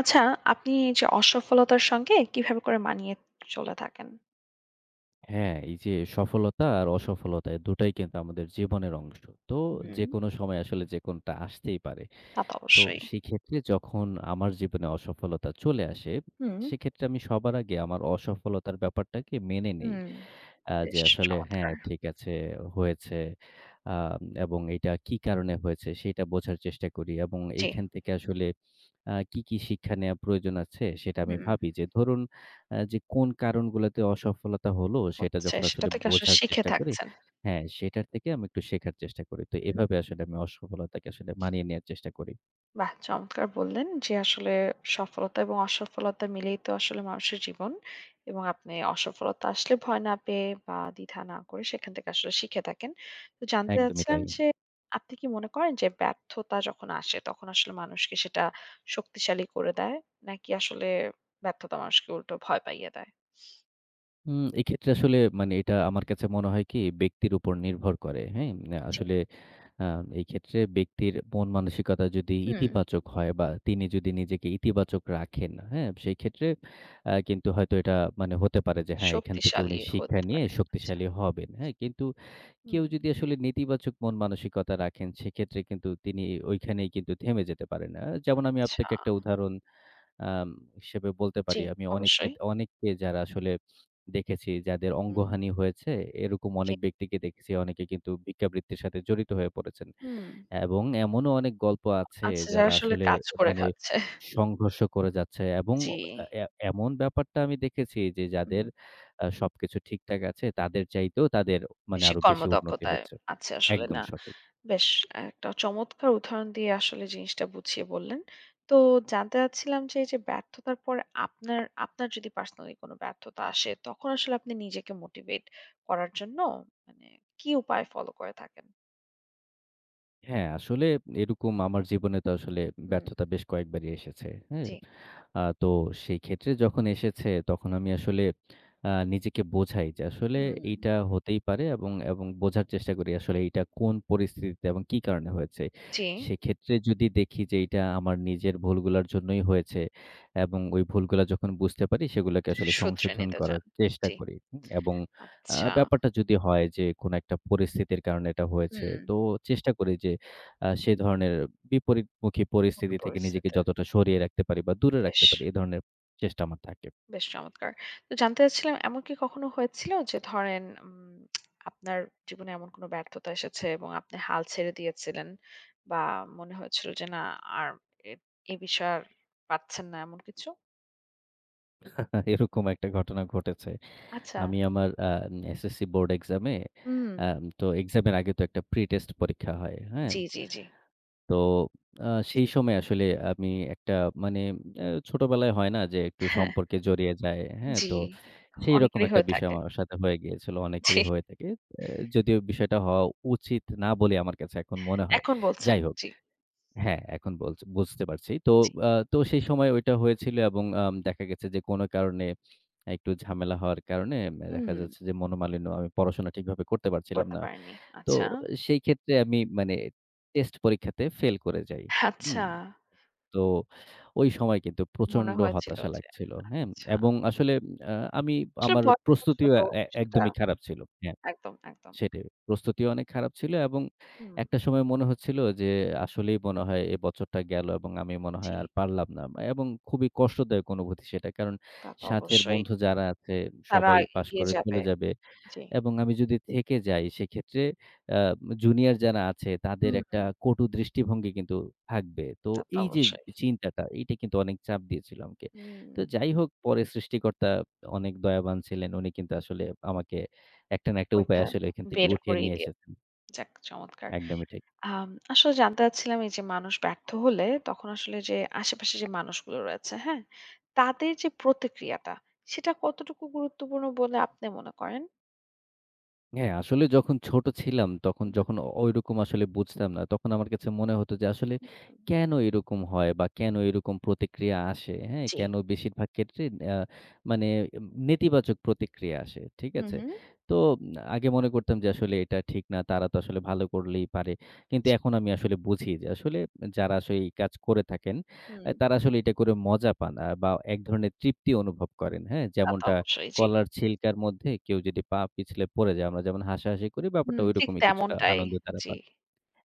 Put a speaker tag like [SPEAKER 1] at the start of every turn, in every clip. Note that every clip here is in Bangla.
[SPEAKER 1] আচ্ছা, আপনি এই যে অসফলতার সঙ্গে কিভাবে করে মানিয়ে চলে থাকেন?
[SPEAKER 2] হ্যাঁ, এই যে সফলতা আর অসফলতা এ দুটাই কিন্তু আমাদের জীবনের অংশ। তো
[SPEAKER 1] হুম।
[SPEAKER 2] যেকোনো সময় আসলে যেকোনটা আসতেই পারে।
[SPEAKER 1] তা তো
[SPEAKER 2] তো
[SPEAKER 1] অবশ্যই।
[SPEAKER 2] সেক্ষেত্রে যখন আমার জীবনে অসফলতা চলে আসে,
[SPEAKER 1] হুম।
[SPEAKER 2] সেক্ষেত্রে আমি সবার আগে আমার অসফলতার ব্যাপারটাকে মেনে নেই।
[SPEAKER 1] হুম,
[SPEAKER 2] যে
[SPEAKER 1] বেশ
[SPEAKER 2] আসলে হ্যাঁ,
[SPEAKER 1] চমৎকার।
[SPEAKER 2] ঠিক আছে হয়েছে। আ এবং এটা কি কারণে হয়েছে সেটা বোঝার চেষ্টা করি এবং
[SPEAKER 1] জি,
[SPEAKER 2] এইখান থেকে আসলে কি, কি শিক্ষা নেয়া প্রয়োজন আছে সেটা আমি
[SPEAKER 1] হুম।
[SPEAKER 2] ভাবি যে ধরুন যে কোন কারণগুলাতে অসফলতা হলো সেটা
[SPEAKER 1] হচ্ছে
[SPEAKER 2] যখন
[SPEAKER 1] সেটা
[SPEAKER 2] আসলে
[SPEAKER 1] থেকে আসলে
[SPEAKER 2] বোঝার
[SPEAKER 1] শিখে
[SPEAKER 2] চেষ্টা করি
[SPEAKER 1] থাকছেন।
[SPEAKER 2] হ্যাঁ, সেটার থেকে আমি একটু শেখার চেষ্টা করি। তো এভাবে
[SPEAKER 1] হুম।
[SPEAKER 2] আসলে আমি অসফলতাকে আসলে মানিয়ে নেয়ার চেষ্টা করি।
[SPEAKER 1] বাহ! চমৎকার বললেন যে, আসলে সফলতা এবং অসফলতা মিলেই তো আসলে মানুষের জীবন। এবং আপনি অসফলতা আসলে ভয় না পেয়ে বা দ্বিধা না করে সেখান থেকে আসলে শিখে থাকেন। তো জানতে
[SPEAKER 2] একদমই
[SPEAKER 1] চাচ্ছিলাম
[SPEAKER 2] তাই।
[SPEAKER 1] যে, আপনি কি মনে করেন যে, ব্যর্থতা যখন আসে তখন আসলে মানুষকে সেটা শক্তিশালী করে দেয়? নাকি আসলে ব্যর্থতা মানুষকে উল্টো ভয় পাইয়ে দেয়?
[SPEAKER 2] এক্ষেত্রে আসলে মানে এটা আমার কাছে মনে হয় কি ব্যক্তির উপর নির্ভর করে। হ্যাঁ? না
[SPEAKER 1] জি।
[SPEAKER 2] আসলে আ এই ক্ষেত্রে ব্যক্তির মন মানসিকতা যদি
[SPEAKER 1] হুম,
[SPEAKER 2] ইতিবাচক হয় বা তিনি যদি নিজেকে ইতিবাচক রাখেন, হ্যাঁ? সেই ক্ষেত্রে কিন্তু হয়তো এটা মানে হতে পারে যে হ্যাঁ, এখান থেকে উনি
[SPEAKER 1] শক্তিশালী
[SPEAKER 2] শিক্ষা
[SPEAKER 1] হতে
[SPEAKER 2] নিয়ে
[SPEAKER 1] পারে। আচ্ছা।
[SPEAKER 2] শক্তিশালী হবেন। হ্যাঁ? কিন্তু
[SPEAKER 1] হুম,
[SPEAKER 2] কেউ যদি আসলে নেতিবাচক মন মানসিকতা রাখেন সেক্ষেত্রে কিন্তু তিনি ঐখানেই কিন্তু থেমে যেতে পারেন। যেমন আমি
[SPEAKER 1] আচ্ছা।
[SPEAKER 2] আপনাকে একটা উদাহরণ আম হিসেবে বলতে পারি।
[SPEAKER 1] জি,
[SPEAKER 2] আমি অনেককে
[SPEAKER 1] অবশ্যই।
[SPEAKER 2] অনেককে যারা আসলে দেখেছি যাদের
[SPEAKER 1] হুম।
[SPEAKER 2] অঙ্গহানি হয়েছে, এরকম
[SPEAKER 1] জি।
[SPEAKER 2] অনেক ব্যক্তিকে দেখেছি। অনেকে কিন্তু ভিক্ষাবৃত্তির সাথে জড়িত হয়ে পড়েছেন।
[SPEAKER 1] হুম।
[SPEAKER 2] এবং এমনও অনেক গল্প আছে
[SPEAKER 1] আচ্ছা, যারা
[SPEAKER 2] যারা
[SPEAKER 1] আসলে
[SPEAKER 2] আসলে
[SPEAKER 1] কাজ করে
[SPEAKER 2] মানে
[SPEAKER 1] খাচ্ছে।
[SPEAKER 2] সংঘর্ষ করে যাচ্ছে এবং
[SPEAKER 1] জি।
[SPEAKER 2] এ এমন ব্যাপারটা আমি দেখেছি যে
[SPEAKER 1] হুম,
[SPEAKER 2] যাদের সবকিছু ঠিকঠাক আছে তাদের চাইতেও তাদের মানে
[SPEAKER 1] বেশি
[SPEAKER 2] আরো বেশি উন্নতি
[SPEAKER 1] কর্মদক্ষতায়
[SPEAKER 2] হচ্ছে।
[SPEAKER 1] আছে আসলে
[SPEAKER 2] একদম
[SPEAKER 1] না।
[SPEAKER 2] সঠিক।
[SPEAKER 1] বেশ একটা চমৎকার উদাহরণ দিয়ে আসলে জিনিসটা বুঝিয়ে বললেন। তো জানতে চাচ্ছিলাম যে, এই যে ব্যর্থতার পর আপনার আপনার যদি পার্সোনালি কোনো ব্যর্থতা আসে, তখন আসলে আপনি নিজেকে মোটিভেট করার জন্য মানে কি উপায় ফলো করে থাকেন?
[SPEAKER 2] হ্যাঁ, আসলে এরকম আমার জীবনে তো আসলে
[SPEAKER 1] হুম,
[SPEAKER 2] ব্যর্থতা বেশ কয়েকবারই এসেছে। হ্যাঁ?
[SPEAKER 1] জি।
[SPEAKER 2] তো সেই ক্ষেত্রে যখন এসেছে তখন আমি আসলে নিজেকে বোঝাই যে আসলে
[SPEAKER 1] হুম,
[SPEAKER 2] এইটা হতেই পারে এবং বোঝার চেষ্টা করি আসলে এইটা কোন পরিস্থিতিতে এবং কি কারণে হয়েছে।
[SPEAKER 1] জি।
[SPEAKER 2] সেক্ষেত্রে যদি দেখি যে এইটা আমার নিজের ভুলগুলার জন্যই হয়েছে এবং ওই ভুলগুলা যখন বুঝতে পারি সেগুলাকে আসলে
[SPEAKER 1] শুধরে
[SPEAKER 2] সংশোধন
[SPEAKER 1] নিতে
[SPEAKER 2] করার
[SPEAKER 1] চান।
[SPEAKER 2] চেষ্টা
[SPEAKER 1] জি।
[SPEAKER 2] করি। হুম? এবং
[SPEAKER 1] আচ্ছা।
[SPEAKER 2] ব্যাপারটা যদি হয় যে কোনো একটা পরিস্থিতির কারণে এটা হয়েছে
[SPEAKER 1] হুম,
[SPEAKER 2] তো চেষ্টা করি যে সে ধরনের বিপরীতমুখী
[SPEAKER 1] কঠিন
[SPEAKER 2] পরিস্থিতি থেকে নিজেকে
[SPEAKER 1] পরিস্থিতিতে।
[SPEAKER 2] যতটা সরিয়ে রাখতে পারি বা দূরে
[SPEAKER 1] বেশ।
[SPEAKER 2] রাখতে পারি, এ ধরনের চেষ্টা আমার থাকে।
[SPEAKER 1] বেশ চমৎকার। তো জানতে চাচ্ছিলাম এমন কি কখনো হয়েছিল যে ধরেন আপনার জীবনে এমন কোনো ব্যর্থতা এসেছে এবং আপনি হাল ছেড়ে দিয়েছিলেন বা মনে হয়েছিল যে না আর এ এ বিষয়ে আর পারছেন না এমন কিছু?
[SPEAKER 2] এরকম একটা ঘটনা ঘটেছে।
[SPEAKER 1] আচ্ছা।
[SPEAKER 2] আমি আমার এসএসসি বোর্ড এক্সামে
[SPEAKER 1] হুম।
[SPEAKER 2] আ তো এক্সামের আগে তো একটা প্রি টেস্ট পরীক্ষা হয়, হ্যাঁ?
[SPEAKER 1] জি, জি, জি।
[SPEAKER 2] তো সেই সময় আসলে আমি একটা মানে ছোটবেলায় হয় না যে একটু
[SPEAKER 1] হ্যাঁ,
[SPEAKER 2] সম্পর্কে জড়িয়ে যায়, হ্যাঁ?
[SPEAKER 1] জি।
[SPEAKER 2] তো সেইরকম
[SPEAKER 1] অনেকেরই
[SPEAKER 2] একটা
[SPEAKER 1] হয়ে
[SPEAKER 2] বিষয়
[SPEAKER 1] থাকে।
[SPEAKER 2] আমার সাথে হয়ে গিয়েছিল।
[SPEAKER 1] জি।
[SPEAKER 2] অনেকেরই হয়ে থাকে। আ যদিও বিষয়টা হওয়া উচিত না বলে আমার কাছে এখন মনে হয়।
[SPEAKER 1] এখন বলছেন।
[SPEAKER 2] যাই হোক
[SPEAKER 1] জি,
[SPEAKER 2] হ্যাঁ, এখন বলছ বুঝতে পারছি। তো
[SPEAKER 1] জি।
[SPEAKER 2] আ তো সেই সময় ওইটা হয়েছিল এবং দেখা গেছে যে কোনো কারণে একটু ঝামেলা হওয়ার কারণে দেখা
[SPEAKER 1] হুম,
[SPEAKER 2] যাচ্ছে যে মনোমালিন্য আমি পড়াশোনা ঠিকভাবে করতে পারছিলাম
[SPEAKER 1] করতে
[SPEAKER 2] না।
[SPEAKER 1] পারেননি।
[SPEAKER 2] তো
[SPEAKER 1] আচ্ছা।
[SPEAKER 2] সেই ক্ষেত্রে আমি মানে টেস্ট পরীক্ষাতে ফেল করে যাই। হুম?
[SPEAKER 1] আচ্ছা।
[SPEAKER 2] তো ওই সময় কিন্তু
[SPEAKER 1] মনে
[SPEAKER 2] প্রচন্ড
[SPEAKER 1] হয়েছিল
[SPEAKER 2] হতাশা
[SPEAKER 1] যে
[SPEAKER 2] লাগছিল। হ্যাঁ?
[SPEAKER 1] আচ্ছা।
[SPEAKER 2] এবং আসলে আ আমি
[SPEAKER 1] আসলে
[SPEAKER 2] আমার
[SPEAKER 1] বয়স তো
[SPEAKER 2] প্রস্তুতিও
[SPEAKER 1] ছোট সেটা
[SPEAKER 2] একদমই খারাপ ছিল। হ্যাঁ।
[SPEAKER 1] একদম, একদম।
[SPEAKER 2] সেটাই। প্রস্তুতিও অনেক খারাপ ছিল এবং
[SPEAKER 1] হুম,
[SPEAKER 2] একটা সময় মনে হচ্ছিল যে আসলেই মনে হয় এ বছরটা গেল এবং আমি মনে হয়
[SPEAKER 1] জি।
[SPEAKER 2] আর পারলাম না। এবং খুবই কষ্টদায়ক অনুভূতি সেটা। কারণ
[SPEAKER 1] তা তো
[SPEAKER 2] সাথের
[SPEAKER 1] অবশ্যই।
[SPEAKER 2] বন্ধু যারা আছে
[SPEAKER 1] তারা
[SPEAKER 2] সবাই পাশ
[SPEAKER 1] এগিয়ে
[SPEAKER 2] করে চলে
[SPEAKER 1] যাবে।
[SPEAKER 2] যাবে।
[SPEAKER 1] জি।
[SPEAKER 2] এবং আমি যদি থেকে যাই সেক্ষেত্রে আ জুনিয়র যারা আছে তাদের
[SPEAKER 1] হুম,
[SPEAKER 2] একটা
[SPEAKER 1] হুম,
[SPEAKER 2] কটু দৃষ্টিভঙ্গি কিন্তু থাকবে। তো
[SPEAKER 1] তা তো
[SPEAKER 2] এই যে
[SPEAKER 1] অবশ্যই।
[SPEAKER 2] চিন্তাটা এইটা কিন্তু অনেক চাপ দিয়েছিল আমাকে।
[SPEAKER 1] হুম,
[SPEAKER 2] তো যাই হোক পরে সৃষ্টিকর্তা অনেক দয়াবান ছিলেন। উনি কিন্তু আসলে আমাকে একটা না একটা উপায়ে
[SPEAKER 1] পরীক্ষা
[SPEAKER 2] আসলে এখান থেকে
[SPEAKER 1] বের
[SPEAKER 2] উঠিয়ে
[SPEAKER 1] করেই
[SPEAKER 2] নিয়ে
[SPEAKER 1] দিয়ে
[SPEAKER 2] এসেছেন।
[SPEAKER 1] যাক চমৎকার।
[SPEAKER 2] একদমই ঠিক।
[SPEAKER 1] আসলে জানতে চাচ্ছিলাম এই যে মানুষ ব্যর্থ হলে তখন আসলে যে আশেপাশে যে মানুষগুলো রয়েছে, হ্যাঁ? তাদের যে প্রতিক্রিয়াটা সেটা কতটুকু গুরুত্বপূর্ণ বলে আপনি মনে করেন?
[SPEAKER 2] হ্যাঁ, আসলে যখন ছোট ছিলাম তখন
[SPEAKER 1] হুম, হুম।
[SPEAKER 2] যখন ঐরকম আসলে বুঝতাম না। তখন আমার কাছে মনে হতো যে আসলে কেন এরকম হয় বা কেন এরকম প্রতিক্রিয়া আসে, হ্যাঁ?
[SPEAKER 1] জি।
[SPEAKER 2] কেন বেশিরভাগ ক্ষেত্রে আ মানে নেতিবাচক প্রতিক্রিয়া আসে, ঠিক
[SPEAKER 1] হুম,
[SPEAKER 2] আছে?
[SPEAKER 1] হুম।
[SPEAKER 2] তো আগে মনে করতাম যে আসলে এটা ঠিক না, তারা তো আসলে ভালো করলেই পারে। কিন্তু
[SPEAKER 1] জি।
[SPEAKER 2] এখন আমি আসলে বুঝি যে আসলে যারা আসলে এই কাজ করে থাকেন,
[SPEAKER 1] হুম,
[SPEAKER 2] তারা আসলে এটা করে মজা পান বা এক ধরনের তৃপ্তি অনুভব করেন, হ্যাঁ?
[SPEAKER 1] তা তো
[SPEAKER 2] যেমনটা
[SPEAKER 1] অবশ্যই। জি।
[SPEAKER 2] কলার ছিলকার মধ্যে কেউ যদি পা পিছলে পড়ে যায়, আমরা যেমন হাসাহাসি করি,
[SPEAKER 1] হুম,
[SPEAKER 2] ব্যাপারটা
[SPEAKER 1] ঠিক
[SPEAKER 2] ঐরকমই কিছুটা
[SPEAKER 1] তেমনটাই।
[SPEAKER 2] আনন্দ তারা
[SPEAKER 1] জি।
[SPEAKER 2] পান।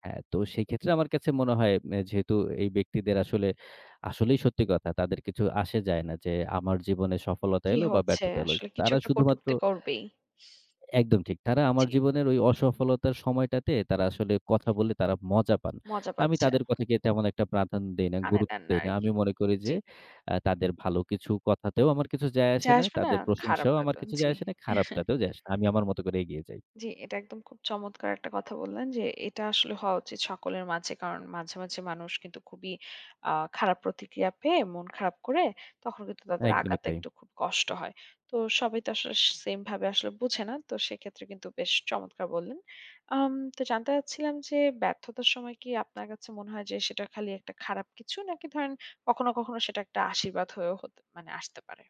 [SPEAKER 2] হ্যাঁ, তো সেক্ষেত্রে আমার কাছে মনে হয় যেহেতু এই ব্যক্তিদের আসলে, আসলেই সত্যি কথা তাদের কিছু আসে যায় না যে আমার জীবনে সফলতা
[SPEAKER 1] কি
[SPEAKER 2] এলো বা
[SPEAKER 1] হচ্ছে?
[SPEAKER 2] ব্যর্থতা এলো।
[SPEAKER 1] আসলে কিছু
[SPEAKER 2] তারা
[SPEAKER 1] একটা
[SPEAKER 2] শুধুমাত্র
[SPEAKER 1] কটূক্তি করবেই।
[SPEAKER 2] একদম ঠিক। তারা আমার
[SPEAKER 1] জি।
[SPEAKER 2] জীবনের ওই অসফলতার সময়টাতে তারা আসলে কথা বলে তারা মজা পান।
[SPEAKER 1] মজা
[SPEAKER 2] আমি
[SPEAKER 1] পাচ্ছে।
[SPEAKER 2] তাদের কথাকে তেমন একটা প্রাধান্য দেই না,
[SPEAKER 1] কানে
[SPEAKER 2] গুরুত্ব
[SPEAKER 1] নেন না
[SPEAKER 2] দেই না। আমি
[SPEAKER 1] আরকি।
[SPEAKER 2] মনে করি যে
[SPEAKER 1] জি।
[SPEAKER 2] তাদের ভালো কিছু কথাতেও আমার কিছু যায়
[SPEAKER 1] যে
[SPEAKER 2] আসে না।
[SPEAKER 1] আসবে না
[SPEAKER 2] তাদের প্রশংসাও
[SPEAKER 1] খারাপটা
[SPEAKER 2] আমার
[SPEAKER 1] তো।
[SPEAKER 2] কিছু
[SPEAKER 1] জি।
[SPEAKER 2] যায় আসে না, খারাপটাতেও যায় আসে না। আমি আমার মতো করে এগিয়ে যাই।
[SPEAKER 1] জি, এটা একদম খুব চমৎকার একটা কথা বললেন যে এটা আসলে হওয়া উচিত সকলের মাঝে কারণ মাঝে মাঝে মানুষ কিন্তু খুবই খারাপ প্রতিক্রিয়া পেয়ে মন খারাপ করে তখন কিন্তু তাদের
[SPEAKER 2] একদমই
[SPEAKER 1] আঘাতে
[SPEAKER 2] তাই।
[SPEAKER 1] একটু খুব কষ্ট হয় তো সবাই তো আসলে সেম ভাবে আসলে বুঝে না তো সেক্ষেত্রে কিন্তু বেশ চমৎকার বললেন তো জানতে চাচ্ছিলাম যে ব্যর্থতার সময় কি আপনার কাছে মনে হয় যে সেটা খালি একটা খারাপ কিছু নাকি ধরেন কখনো কখনো সেটা একটা আশীর্বাদ হয়েও হতে মানে আসতে পারে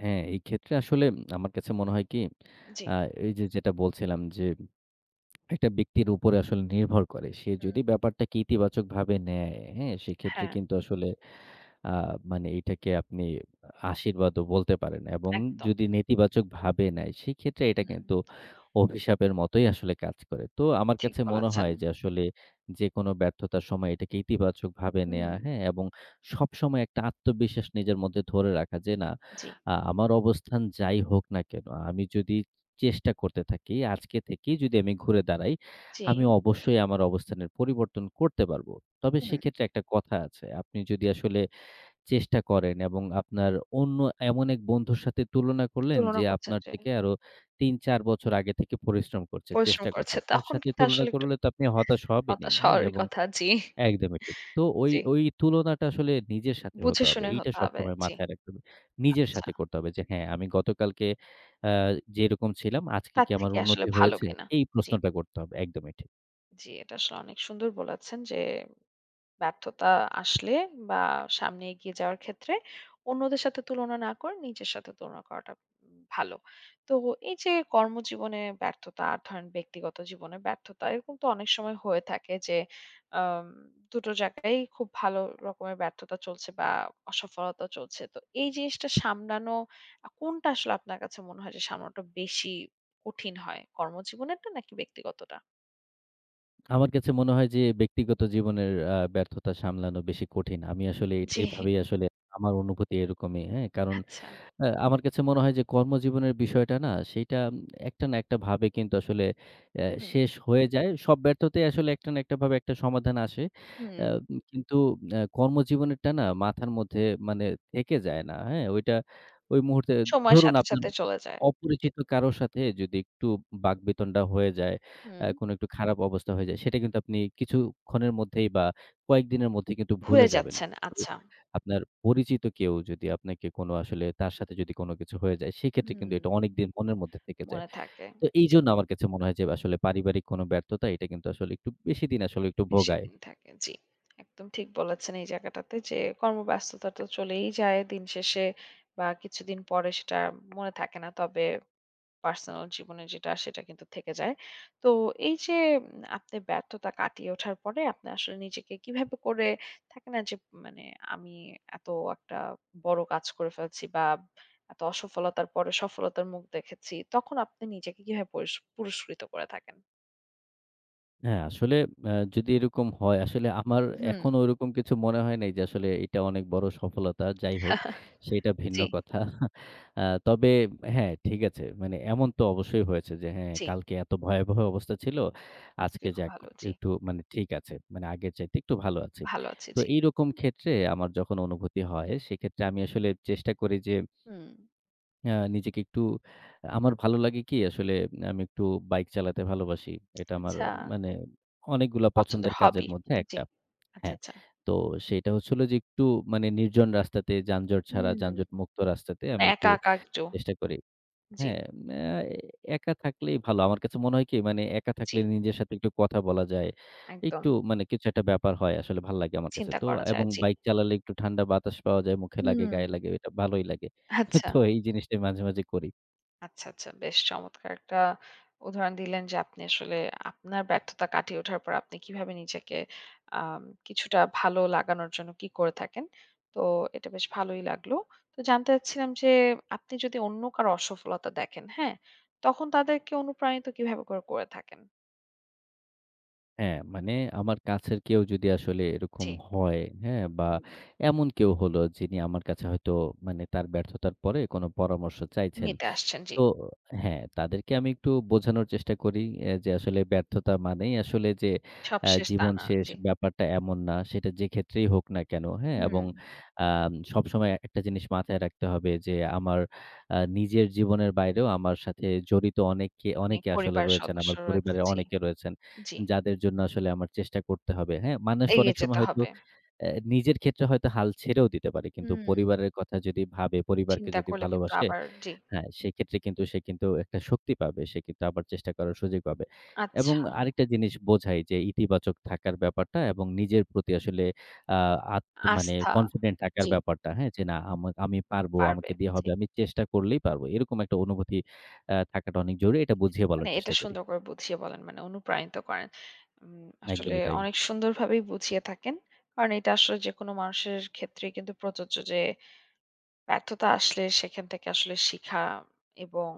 [SPEAKER 2] হ্যাঁ, এই ক্ষেত্রে আসলে আমার কাছে মনে হয় কি
[SPEAKER 1] জি
[SPEAKER 2] আ এই যে যেটা বলছিলাম যে একটা ব্যক্তির উপরে আসলে নির্ভর করে। সে
[SPEAKER 1] হুম
[SPEAKER 2] যদি ব্যাপারটাকে ইতিবাচকভাবে নেয়, হ্যাঁ? সেক্ষেত্রে
[SPEAKER 1] হ্যাঁ
[SPEAKER 2] কিন্তু আসলে আ মানে এটাকে আপনি আশীর্বাদও বলতে পারেন এবং
[SPEAKER 1] একদম
[SPEAKER 2] যদি নেতিবাচকভাবে নেয়, সেক্ষেত্রে এটা
[SPEAKER 1] হুম
[SPEAKER 2] কিন্তু অভিশাপের মতোই আসলে কাজ করে। তো আমার
[SPEAKER 1] ঠিক
[SPEAKER 2] কাছে মনে
[SPEAKER 1] বলেছেন
[SPEAKER 2] হয় যে আসলে যেকোনো ব্যর্থতার সময় এটাকে ইতিবাচকভাবে
[SPEAKER 1] হুম
[SPEAKER 2] নেয়া, হ্যাঁ? এবং সবসময় একটা আত্মবিশ্বাস নিজের মধ্যে ধরে রাখা যে, "না,
[SPEAKER 1] জি,
[SPEAKER 2] আমার অবস্থান যাই হোক না কেনো, আমি যদি চেষ্টা করতে থাকি, আজকে থেকেই যদি আমি ঘুরে দাঁড়াই,
[SPEAKER 1] জি।
[SPEAKER 2] আমি অবশ্যই আমার অবস্থানের পরিবর্তন করতে পারবো।" তবে
[SPEAKER 1] হুম।
[SPEAKER 2] সেক্ষেত্রে একটা কথা আছে, আপনি যদি আসলে চেষ্টা করেন এবং আপনার অন্য এমন এক বন্ধুর সাথে তুলনা করলেন
[SPEAKER 1] তুলনা
[SPEAKER 2] যে
[SPEAKER 1] করছেন
[SPEAKER 2] আপনার
[SPEAKER 1] যে
[SPEAKER 2] থেকে আরো ৩-৪ বছর আগে থেকে পরিশ্রম করছে,
[SPEAKER 1] পরিশ্রম
[SPEAKER 2] চেষ্টা করছে।
[SPEAKER 1] করছে।
[SPEAKER 2] তার
[SPEAKER 1] তখন
[SPEAKER 2] সাথে
[SPEAKER 1] কিন্তু
[SPEAKER 2] তুলনা
[SPEAKER 1] আসলে একটু
[SPEAKER 2] করলে তো আপনি হতাশ হবেনই,
[SPEAKER 1] হতাশ
[SPEAKER 2] হ্যাঁ?
[SPEAKER 1] হওয়ারই
[SPEAKER 2] এবং
[SPEAKER 1] কথা। জি,
[SPEAKER 2] একদমই ঠিক। তো ওই,
[SPEAKER 1] জি।
[SPEAKER 2] ওই তুলনাটা আসলে নিজের সাথে হতে
[SPEAKER 1] বুঝে
[SPEAKER 2] হবে।
[SPEAKER 1] শুনে
[SPEAKER 2] এইটা
[SPEAKER 1] হতে হবে।
[SPEAKER 2] সবসময়
[SPEAKER 1] জি।
[SPEAKER 2] মাথায় রাখতে হবে। নিজের
[SPEAKER 1] আচ্ছা।
[SPEAKER 2] সাথে করতে হবে যে হ্যাঁ, আমি গতকালকে আ যেরকম ছিলাম আজকে
[SPEAKER 1] তার
[SPEAKER 2] কি আমার
[SPEAKER 1] থেকে আসলে
[SPEAKER 2] উন্নতি
[SPEAKER 1] ভালো
[SPEAKER 2] হয়েছে?
[SPEAKER 1] কিনা।
[SPEAKER 2] এই
[SPEAKER 1] জি,
[SPEAKER 2] প্রশ্নটা করতে হবে। একদমই ঠিক।
[SPEAKER 1] জি। এটা আসলে অনেক সুন্দর বলেছেন যে ব্যর্থতা আসলে বা সামনে এগিয়ে যাওয়ার ক্ষেত্রে অন্যদের সাথে তুলনা না করে নিজের সাথে তুলনা করাটা ভালো। তো এই যে কর্মজীবনে ব্যর্থতা আর ধরেন ব্যক্তিগত জীবনে ব্যর্থতা এরকম তো অনেক সময় হয়ে থাকে যে আম ২ টো জায়গায় খুব ভালো রকমের ব্যর্থতা চলছে বা অসফলতা চলছে। তো এই জিনিসটা সামলানো কোনটা আসলে আপনার কাছে মনে হয় যে সামলানোটা বেশি কঠিন হয়? কর্মজীবনেরটা নাকি ব্যক্তিগতটা?
[SPEAKER 2] আমার কাছে মনে হয় যে ব্যক্তিগত জীবনের ব্যর্থতা সামলানো বেশি কঠিন। আমি আসলে
[SPEAKER 1] জি,
[SPEAKER 2] এভাবেই আসলে আমার অনুভূতি এরকমই, হ্যাঁ? কারণ
[SPEAKER 1] আচ্ছা।
[SPEAKER 2] আমার কাছে মনে হয় যে কর্মজীবনের বিষয়টা না সেইটা একটা না একটা ভাবে কিন্তু আসলে অ্যা
[SPEAKER 1] হুম,
[SPEAKER 2] শেষ হয়ে যায়। সব ব্যর্থতাই আসলে একটা না একটা ভাবে একটা সমাধান আসে। আ
[SPEAKER 1] হুম।
[SPEAKER 2] কিন্তু কর্মজীবনেরটা না মাথার মধ্যে মানে থেকে যায় না। হ্যাঁ? ওইটা ওই মুহূর্তে
[SPEAKER 1] সময়ের
[SPEAKER 2] ধরুন
[SPEAKER 1] সাথে,
[SPEAKER 2] আপনার
[SPEAKER 1] সাথে চলে যায়।
[SPEAKER 2] অপরিচিত কারো সাথে যদি একটু বাকবিতণ্ডা হয়ে যায়,
[SPEAKER 1] হুম।
[SPEAKER 2] কোনো একটু খারাপ অবস্থা হয়ে যায় সেটা কিন্তু আপনি কিছুক্ষণের মধ্যেই বা কয়েকদিনের মধ্যেই কিন্তু ভুলে
[SPEAKER 1] ভুলে
[SPEAKER 2] যাবেন।
[SPEAKER 1] যাচ্ছেন। আচ্ছা।
[SPEAKER 2] আপনার পরিচিত কেউ যদি আপনাকে কোনো আসলে তার সাথে যদি কোনো কিছু হয়ে যায়, সেক্ষেত্রে কিন্তু
[SPEAKER 1] হুম।
[SPEAKER 2] এটা অনেকদিন মনের মধ্যে থেকে যায়।
[SPEAKER 1] মনে থাকে।
[SPEAKER 2] তো
[SPEAKER 1] জি,
[SPEAKER 2] এইজন্য আমার কাছে মনে হয় যে আসলে পারিবারিক কোনো ব্যর্থতা এটা কিন্তু আসলে একটু বেশিদিন আসলে একটু ভোগায়।
[SPEAKER 1] বেশিদিন থাকে। জি। একদম ঠিক বলেছেন এই জায়গাটাতে যে কর্মব্যস্ততা তো চলেই যায় দিন শেষে বা কিছুদিন পরে সেটা মনে থাকে না। তবে পার্সোনাল জীবনে যেটা সেটা কিন্তু থেকে যায়। তো এই যে আপনি ব্যর্থতা কাটিয়ে ওঠার পরে আপনি আসলে নিজেকে কিভাবে করে থাকে না যে মানে আমি এত একটা বড় কাজ করে ফেলছি বা এত অসফলতার পরে সফলতার মুখ দেখেছি। তখন আপনি নিজেকে কিভাবে পুরস্কৃত করে থাকেন?
[SPEAKER 2] হ্যাঁ, আসলে যদি এরকম হয়, আসলে আমার
[SPEAKER 1] হুম।
[SPEAKER 2] এখনো ওরকম কিছু মনে হয় নাই যে আসলে এটা অনেক বড় সফলতা। যাই হোক, সেটা ভিন্ন
[SPEAKER 1] জি,
[SPEAKER 2] কথা। তবে হ্যাঁ, ঠিক আছে। মানে এমন তো অবশ্যই হয়েছে যে হ্যাঁ,
[SPEAKER 1] জি।
[SPEAKER 2] কালকে এত ভয়াবহ অবস্থা ছিল।
[SPEAKER 1] আজকে
[SPEAKER 2] আজকে
[SPEAKER 1] খুব
[SPEAKER 2] যাক
[SPEAKER 1] ভালো। জি।
[SPEAKER 2] একটু মানে ঠিক আছে। মানে আগের চাইতে একটু ভালো আছি।
[SPEAKER 1] ভালো আছি।
[SPEAKER 2] তো
[SPEAKER 1] জি।
[SPEAKER 2] এইরকম ক্ষেত্রে আমার যখন অনুভূতি হয়, সেক্ষেত্রে আমি আসলে চেষ্টা করি যে
[SPEAKER 1] হুম।
[SPEAKER 2] নিজেকে একটু আমার ভালো লাগে কি আসলে আমি একটু বাইক চালাতে ভালোবাসি। এটা আমার
[SPEAKER 1] আচ্ছা
[SPEAKER 2] মানে অনেকগুলা
[SPEAKER 1] পছন্দের
[SPEAKER 2] পছন্দের কাজের
[SPEAKER 1] হবি।
[SPEAKER 2] মধ্যে
[SPEAKER 1] জি।
[SPEAKER 2] একটা।
[SPEAKER 1] আচ্ছা,
[SPEAKER 2] হ্যাঁ।
[SPEAKER 1] আচ্ছা।
[SPEAKER 2] তো সেটা হচ্ছিল যে একটু মানে নির্জন রাস্তাতে যানজট ছাড়া,
[SPEAKER 1] হুম।
[SPEAKER 2] যানজট মুক্ত রাস্তাতে
[SPEAKER 1] মানে
[SPEAKER 2] আমি একটু
[SPEAKER 1] একা, একা একটু।
[SPEAKER 2] চেষ্টা করি।
[SPEAKER 1] জি,
[SPEAKER 2] হ্যাঁ, আ একা থাকলেই ভালো। আমার কাছে মনে হয় কি মানে একা থাকলে
[SPEAKER 1] জি।
[SPEAKER 2] নিজের সাথে একটু কথা বলা যায়।
[SPEAKER 1] একদম।
[SPEAKER 2] একটু মানে কিছু একটা ব্যাপার হয় আসলে ভাল লাগে আমার কাছে।
[SPEAKER 1] চিন্তা
[SPEAKER 2] তো
[SPEAKER 1] করা
[SPEAKER 2] এবং
[SPEAKER 1] যায়। জি।
[SPEAKER 2] বাইক চালালে একটু ঠান্ডা বাতাস পাওয়া যায়, মুখে লাগে,
[SPEAKER 1] হুম।
[SPEAKER 2] গায়ে লাগে। এটা ভালোই লাগে।
[SPEAKER 1] আচ্ছা,
[SPEAKER 2] তো এই জিনিসটাই মাঝে, মাঝে করি।
[SPEAKER 1] আচ্ছা, আচ্ছা। বেশ চমৎকার একটা উদাহরণ দিলেন যে, আপনি আসলে আপনার ব্যর্থতা কাটিয়ে ওঠার পর আপনি কিভাবে নিজেকে আম কিছুটা ভালো লাগানোর জন্য কি করে থাকেন। তো এটা বেশ ভালোই লাগলো। তো জানতে চাচ্ছিলাম যে, আপনি যদি অন্য কারো অসফলতা দেখেন, হ্যাঁ? তখন তাদেরকে অনুপ্রাণিত কিভাবে করে করে থাকেন?
[SPEAKER 2] হ্যাঁ, মানে আমার কাছের কেউ যদি আসলে এরকম
[SPEAKER 1] জি।
[SPEAKER 2] হয়, হ্যাঁ? বা
[SPEAKER 1] হুম। হুম,
[SPEAKER 2] এমন কেউ হলো যিনি আমার কাছে হয়তো মানে তার ব্যর্থতার পরে কোনো পরামর্শ চাইছেন।
[SPEAKER 1] নিতে আসছেন, জি।
[SPEAKER 2] তো হ্যাঁ, তাদেরকে আমি একটু বোঝানোর চেষ্টা করি যে আসলে ব্যর্থতা মানেই আসলে যে
[SPEAKER 1] সবশেষ তা
[SPEAKER 2] জীবন
[SPEAKER 1] না,
[SPEAKER 2] শেষ
[SPEAKER 1] জি।
[SPEAKER 2] ব্যাপারটা এমন না। সেটা যে ক্ষেত্রেই হোক না কেন, হ্যাঁ?
[SPEAKER 1] হুম।
[SPEAKER 2] এবং সবসময় একটা জিনিস মাথায় রাখতে হবে যে আমার নিজের জীবনের বাইরেও আমার সাথে জড়িত অনেকে
[SPEAKER 1] অনেক
[SPEAKER 2] অনেকে আসলে
[SPEAKER 1] পরিবারের
[SPEAKER 2] রয়েছেন।
[SPEAKER 1] সদস্য
[SPEAKER 2] আমার
[SPEAKER 1] রয়েছে,
[SPEAKER 2] পরিবারের
[SPEAKER 1] জি,
[SPEAKER 2] অনেকে রয়েছেন।
[SPEAKER 1] জি।
[SPEAKER 2] যাদের জন্য আসলে আমার চেষ্টা করতে হবে, হ্যাঁ? মানুষ অনেক
[SPEAKER 1] এগিয়ে
[SPEAKER 2] সময়
[SPEAKER 1] যেতে
[SPEAKER 2] হয়তো
[SPEAKER 1] হবে।
[SPEAKER 2] নিজের ক্ষেত্রে হয়তো হাল ছেড়েও দিতে পারে। কিন্তু
[SPEAKER 1] হুম,
[SPEAKER 2] পরিবারের কথা যদি ভাবে, পরিবারকে
[SPEAKER 1] চিন্তা
[SPEAKER 2] যদি
[SPEAKER 1] করলে কিন্তু
[SPEAKER 2] ভালোবাসে
[SPEAKER 1] আবার জি।
[SPEAKER 2] হ্যাঁ, সেক্ষেত্রে কিন্তু সে কিন্তু একটা শক্তি পাবে। সে কিন্তু আবার চেষ্টা করার সুযোগ পাবে। এবং
[SPEAKER 1] আচ্ছা,
[SPEAKER 2] আরেকটা জিনিস বোঝাই যে ইতিবাচক থাকার ব্যাপারটা এবং নিজের প্রতি আসলে আ মানে
[SPEAKER 1] আস্থা
[SPEAKER 2] কনফিডেন্ট থাকার
[SPEAKER 1] জি,
[SPEAKER 2] ব্যাপারটা, হ্যাঁ? যে না আমি পারবো,
[SPEAKER 1] পারবে।
[SPEAKER 2] আমাকে দিয়ে
[SPEAKER 1] জি।
[SPEAKER 2] হবে, আমি চেষ্টা করলেই পারবো। এরকম একটা অনুভূতি থাকাটা অনেক জরুরি। এটা বুঝিয়ে
[SPEAKER 1] মানে
[SPEAKER 2] বলার
[SPEAKER 1] এটা
[SPEAKER 2] চেষ্টা করি।
[SPEAKER 1] সুন্দর করে বুঝিয়ে বলেন মানে অনুপ্রাণিত করেন। আসলে
[SPEAKER 2] একদমই তাই।
[SPEAKER 1] অনেক সুন্দরভাবেই বুঝিয়ে থাকেন। কারণ এটা আসলে যেকোনো মানুষের ক্ষেত্রেই কিন্তু প্রযোজ্য যে ব্যর্থতা আসলে সেখান থেকে আসলে শিখা এবং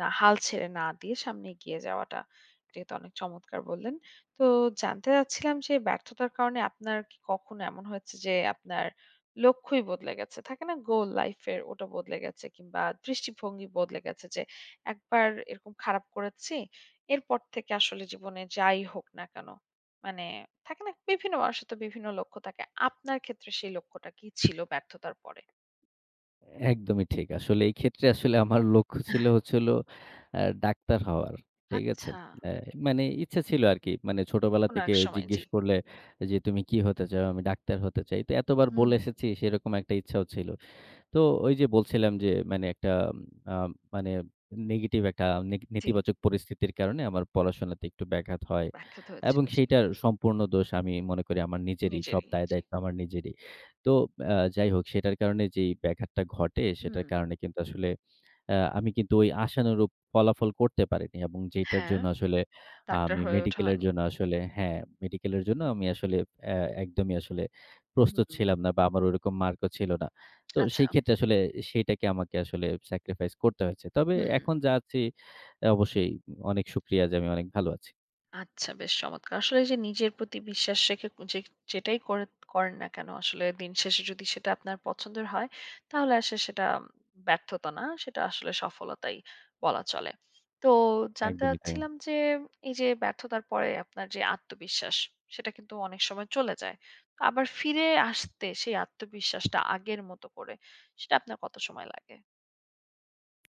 [SPEAKER 1] না হাল ছেড়ে না দিয়ে সামনে এগিয়ে যাওয়াটা এটা কিন্তু অনেক চমৎকার বললেন। তো জানতে চাচ্ছিলাম যে ব্যর্থতার কারণে আপনার কি কখনো এমন হয়েছে যে আপনার লক্ষ্যই বদলে গেছে? থাকে না গোল লাইফ এর ওটা বদলে গেছে কিংবা দৃষ্টিভঙ্গি বদলে গেছে যে একবার এরকম খারাপ করেছি, এরপর থেকে আসলে জীবনে যাই হোক না কেন মানে থাকে না বিভিন্ন মানুষের তো বিভিন্ন লক্ষ্য থাকে। আপনার ক্ষেত্রে সেই লক্ষ্যটা কি ছিল ব্যর্থতার পরে?
[SPEAKER 2] একদমই ঠিক। আসলে এই ক্ষেত্রে আসলে আমার লক্ষ্য ছিল হচ্ছে হলো ডাক্তার হওয়ার। ঠিক আছে?
[SPEAKER 1] আচ্ছা,
[SPEAKER 2] অ্যা মানে ইচ্ছা ছিল আরকি। মানে ছোটবেলা
[SPEAKER 1] কোনো
[SPEAKER 2] থেকে
[SPEAKER 1] এক সময়
[SPEAKER 2] জিজ্ঞেস
[SPEAKER 1] জি।
[SPEAKER 2] করলে যে, "তুমি কি হতে চাও?" আমি ডাক্তার হতে চাই। তো এতবার বলে
[SPEAKER 1] হুম,
[SPEAKER 2] এসেছি সেরকম একটা ইচ্ছাও ছিল। তো ওই যে বলছিলাম যে মানে একটা আ মানে নেগেটিভ একটা
[SPEAKER 1] জি,
[SPEAKER 2] নেতিবাচক পরিস্থিতির কারণে আমার পড়াশোনাতে একটু ব্যাঘাত হয়।
[SPEAKER 1] ব্যাখ্যাত হয়েছিল
[SPEAKER 2] এবং
[SPEAKER 1] জি।
[SPEAKER 2] সেইটার সম্পূর্ণ দোষ আমি মনে করি আমার নিজেরই। সব
[SPEAKER 1] নিজেরই জি।
[SPEAKER 2] দায়-দায়িত্ব আমার নিজেরই। তো যাই হোক সেটার কারণে যেই ব্যাঘাতটা ঘটে সেটার
[SPEAKER 1] হুম।
[SPEAKER 2] কারণে কিন্তু আসলে আমি কিন্তু ওই আশানুরূপ ফলাফল করতে পারিনি এবং যেটার
[SPEAKER 1] হ্যাঁ,
[SPEAKER 2] জন্য আসলে
[SPEAKER 1] ডাক্তার
[SPEAKER 2] আমি
[SPEAKER 1] হয়ে ওঠা
[SPEAKER 2] মেডিকেলের
[SPEAKER 1] হয়নি।
[SPEAKER 2] জন্য আসলে হ্যাঁ, মেডিকেলের জন্য আমি আসলে অ্যা একদমই আসলে
[SPEAKER 1] হুম,
[SPEAKER 2] প্রস্তুত ছিলাম না বা আমার ওরকম মার্কও ছিল না। তো
[SPEAKER 1] আচ্ছা।
[SPEAKER 2] সেই ক্ষেত্রে আসলে সেইটাকে আমাকে আসলে স্যাক্রিফাইস করতে হয়েছে। তবে
[SPEAKER 1] হুম।
[SPEAKER 2] এখন যা আছি অবশ্যই অনেক শুকরিয়া যে আমি অনেক ভালো আছি।
[SPEAKER 1] আচ্ছা বেশ চমৎকার। আসলে এই যে নিজের প্রতি বিশ্বাস রেখে যে যেটাই করে করেন না কেন আসলে দিন শেষে যদি সেটা আপনার পছন্দের হয় তাহলে আসলে সেটা ব্যর্থতা না সেটা আসলে সফলতাই বলা চলে। তো জানতে
[SPEAKER 2] একদমই তাই।
[SPEAKER 1] চাচ্ছিলাম যে এই যে ব্যর্থতার পরে আপনার যে আত্মবিশ্বাস সেটা কিন্তু অনেক সময় চলে যায়। তো আবার ফিরে আসতে সেই আত্মবিশ্বাসটা আগের মতো করে সেটা আপনার কত সময় লাগে?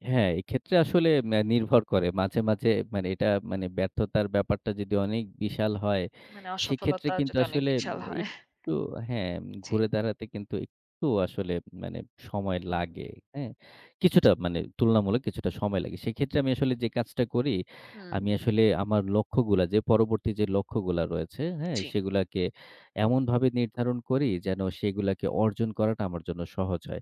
[SPEAKER 2] হ্যাঁ, এক্ষেত্রে আসলে নির্ভর করে। মাঝে, মাঝে মানে এটা মানে ব্যর্থতার ব্যাপারটা যদি অনেক বিশাল হয়,
[SPEAKER 1] মানে
[SPEAKER 2] সেক্ষেত্রে
[SPEAKER 1] অসফলতা
[SPEAKER 2] কিন্তু
[SPEAKER 1] যদি অনেক
[SPEAKER 2] আসলে
[SPEAKER 1] বিশাল হয়।
[SPEAKER 2] একটু হ্যাঁ,
[SPEAKER 1] জি।
[SPEAKER 2] ঘুরে দাঁড়াতে কিন্তু একটু আসলে মানে সময়
[SPEAKER 1] হুম,
[SPEAKER 2] লাগে। হ্যাঁ? কিছুটা মানে তুলনামূলক কিছুটা সময় লাগে। সেক্ষেত্রে আমি আসলে যে কাজটা করি,
[SPEAKER 1] হুম।
[SPEAKER 2] আমি আসলে আমার লক্ষ্যগুলা যে পরবর্তী যে লক্ষ্যগুলা রয়েছে, হ্যাঁ?
[SPEAKER 1] জি।
[SPEAKER 2] সেগুলাকে এমনভাবে নির্ধারণ করি যেন সেগুলাকে অর্জন করাটা আমার জন্য সহজ হয়।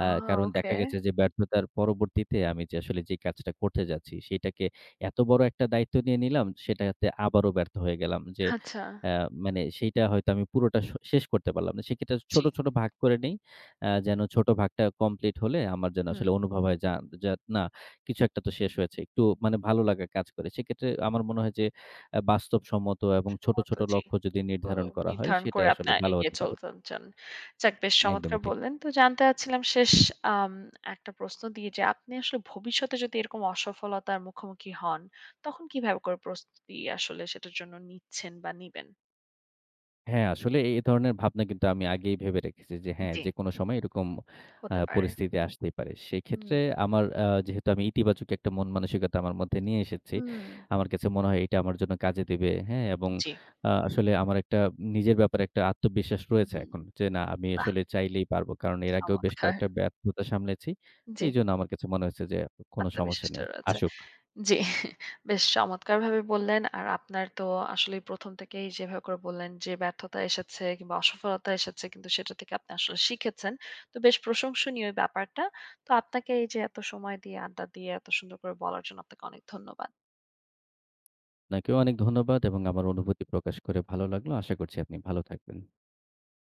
[SPEAKER 1] আ
[SPEAKER 2] কারণ দেখা
[SPEAKER 1] ওকে।
[SPEAKER 2] গেছে যে ব্যর্থতার পরবর্তীতে আমি যে আসলে যে কাজটা করতে যাচ্ছি সেটাকে এত বড় একটা দায়িত্ব নিয়ে নিলাম সেটাতে আবারও ব্যর্থ হয়ে গেলাম যে
[SPEAKER 1] আচ্ছা।
[SPEAKER 2] আ মানে সেইটা হয়তো আমি পুরোটা শেষ করতে পারলাম না। সেক্ষেত্রে ছোট,
[SPEAKER 1] জি।
[SPEAKER 2] ছোট ভাগ করে নেই। যেন ছোট ভাগটা কমপ্লিট হলে আমার যেন
[SPEAKER 1] হুম।
[SPEAKER 2] আসলে অনুভব হয় যা যা না কিছু একটা তো শেষ হয়েছে। একটু মানে ভালো লাগা কাজ করে। সেক্ষেত্রে আমার মনে হয় যে বাস্তবসম্মত এবং ছোট,
[SPEAKER 1] সম্মত
[SPEAKER 2] ছোট
[SPEAKER 1] জি।
[SPEAKER 2] লক্ষ্য যদি
[SPEAKER 1] ব
[SPEAKER 2] নির্ধারণ করা হয়
[SPEAKER 1] নির্ধারণ
[SPEAKER 2] সেটা
[SPEAKER 1] করে
[SPEAKER 2] আসলে
[SPEAKER 1] আপনার
[SPEAKER 2] ভালো
[SPEAKER 1] এগিয়ে
[SPEAKER 2] হতে পারে।
[SPEAKER 1] চলতে চান। যাক বেশ চমৎকার
[SPEAKER 2] একদমই ঠিক।
[SPEAKER 1] বললেন। তো জানতে চাচ্ছিলাম শেষ আম একটা প্রশ্ন দিয়ে যে আপনি আসলে ভবিষ্যতে যদি এরকম অসফলতার মুখোমুখি হন, তখন কিভাবে করে প্রস্তুতি আসলে সেটার জন্য নিচ্ছেন বা নিবেন?
[SPEAKER 2] হ্যাঁ, আসলে এ ধরনের ভাবনা কিন্তু আমি আগেই ভেবে রেখেছি যে হ্যাঁ,
[SPEAKER 1] জি।
[SPEAKER 2] যেকোনো সময় এরকম
[SPEAKER 1] হতে পারে।
[SPEAKER 2] পরিস্থিতি আসতেই পারে। সেক্ষেত্রে
[SPEAKER 1] হুম।
[SPEAKER 2] আমার যেহেতু আমি ইতিবাচক একটা মন মানসিকতা আমার মধ্যে নিয়ে এসেছি,
[SPEAKER 1] হুম।
[SPEAKER 2] আমার কাছে মনে হয় এটা আমার জন্য কাজে দিবে। হ্যাঁ? এবং
[SPEAKER 1] জি।
[SPEAKER 2] আসলে আমার একটা নিজের ব্যাপারে একটা আত্মবিশ্বাস
[SPEAKER 1] হুম।
[SPEAKER 2] রয়েছে এখন যে না আমি
[SPEAKER 1] বাহ!
[SPEAKER 2] আসলে চাইলেই পারব। কারণ এর আগেও বেশ
[SPEAKER 1] চমৎকার।
[SPEAKER 2] কয়েকটা ব্যর্থতা সামলেছি।
[SPEAKER 1] জি।
[SPEAKER 2] এইজন্য আমার কাছে মনে হয়েছে যে কোনো সমস্যা
[SPEAKER 1] আত্মবিশ্বাসটা
[SPEAKER 2] নেই।
[SPEAKER 1] রয়েছে।
[SPEAKER 2] আসুক।
[SPEAKER 1] জি, বেশ চমৎকারভাবে বললেন। আর আপনার তো আসলেই ১ম থেকেই যেভাবে করে বললেন যে, ব্যর্থতা এসেছে কিংবা অসফলতা এসেছে কিন্তু সেটা থেকে আপনি আসলে শিখেছেন। তো বেশ প্রশংসনীয় এই ব্যাপারটা। তো আপনাকে এই যে এত সময় দিয়ে, আড্ডা দিয়ে এত সুন্দর করে বলার জন্য আপনাকে অনেক ধন্যবাদ।
[SPEAKER 2] আপনাকেও অনেক ধন্যবাদ এবং আমার অনুভূতি প্রকাশ করে ভালো লাগলো। আশা করছি আপনি ভালো থাকবেন।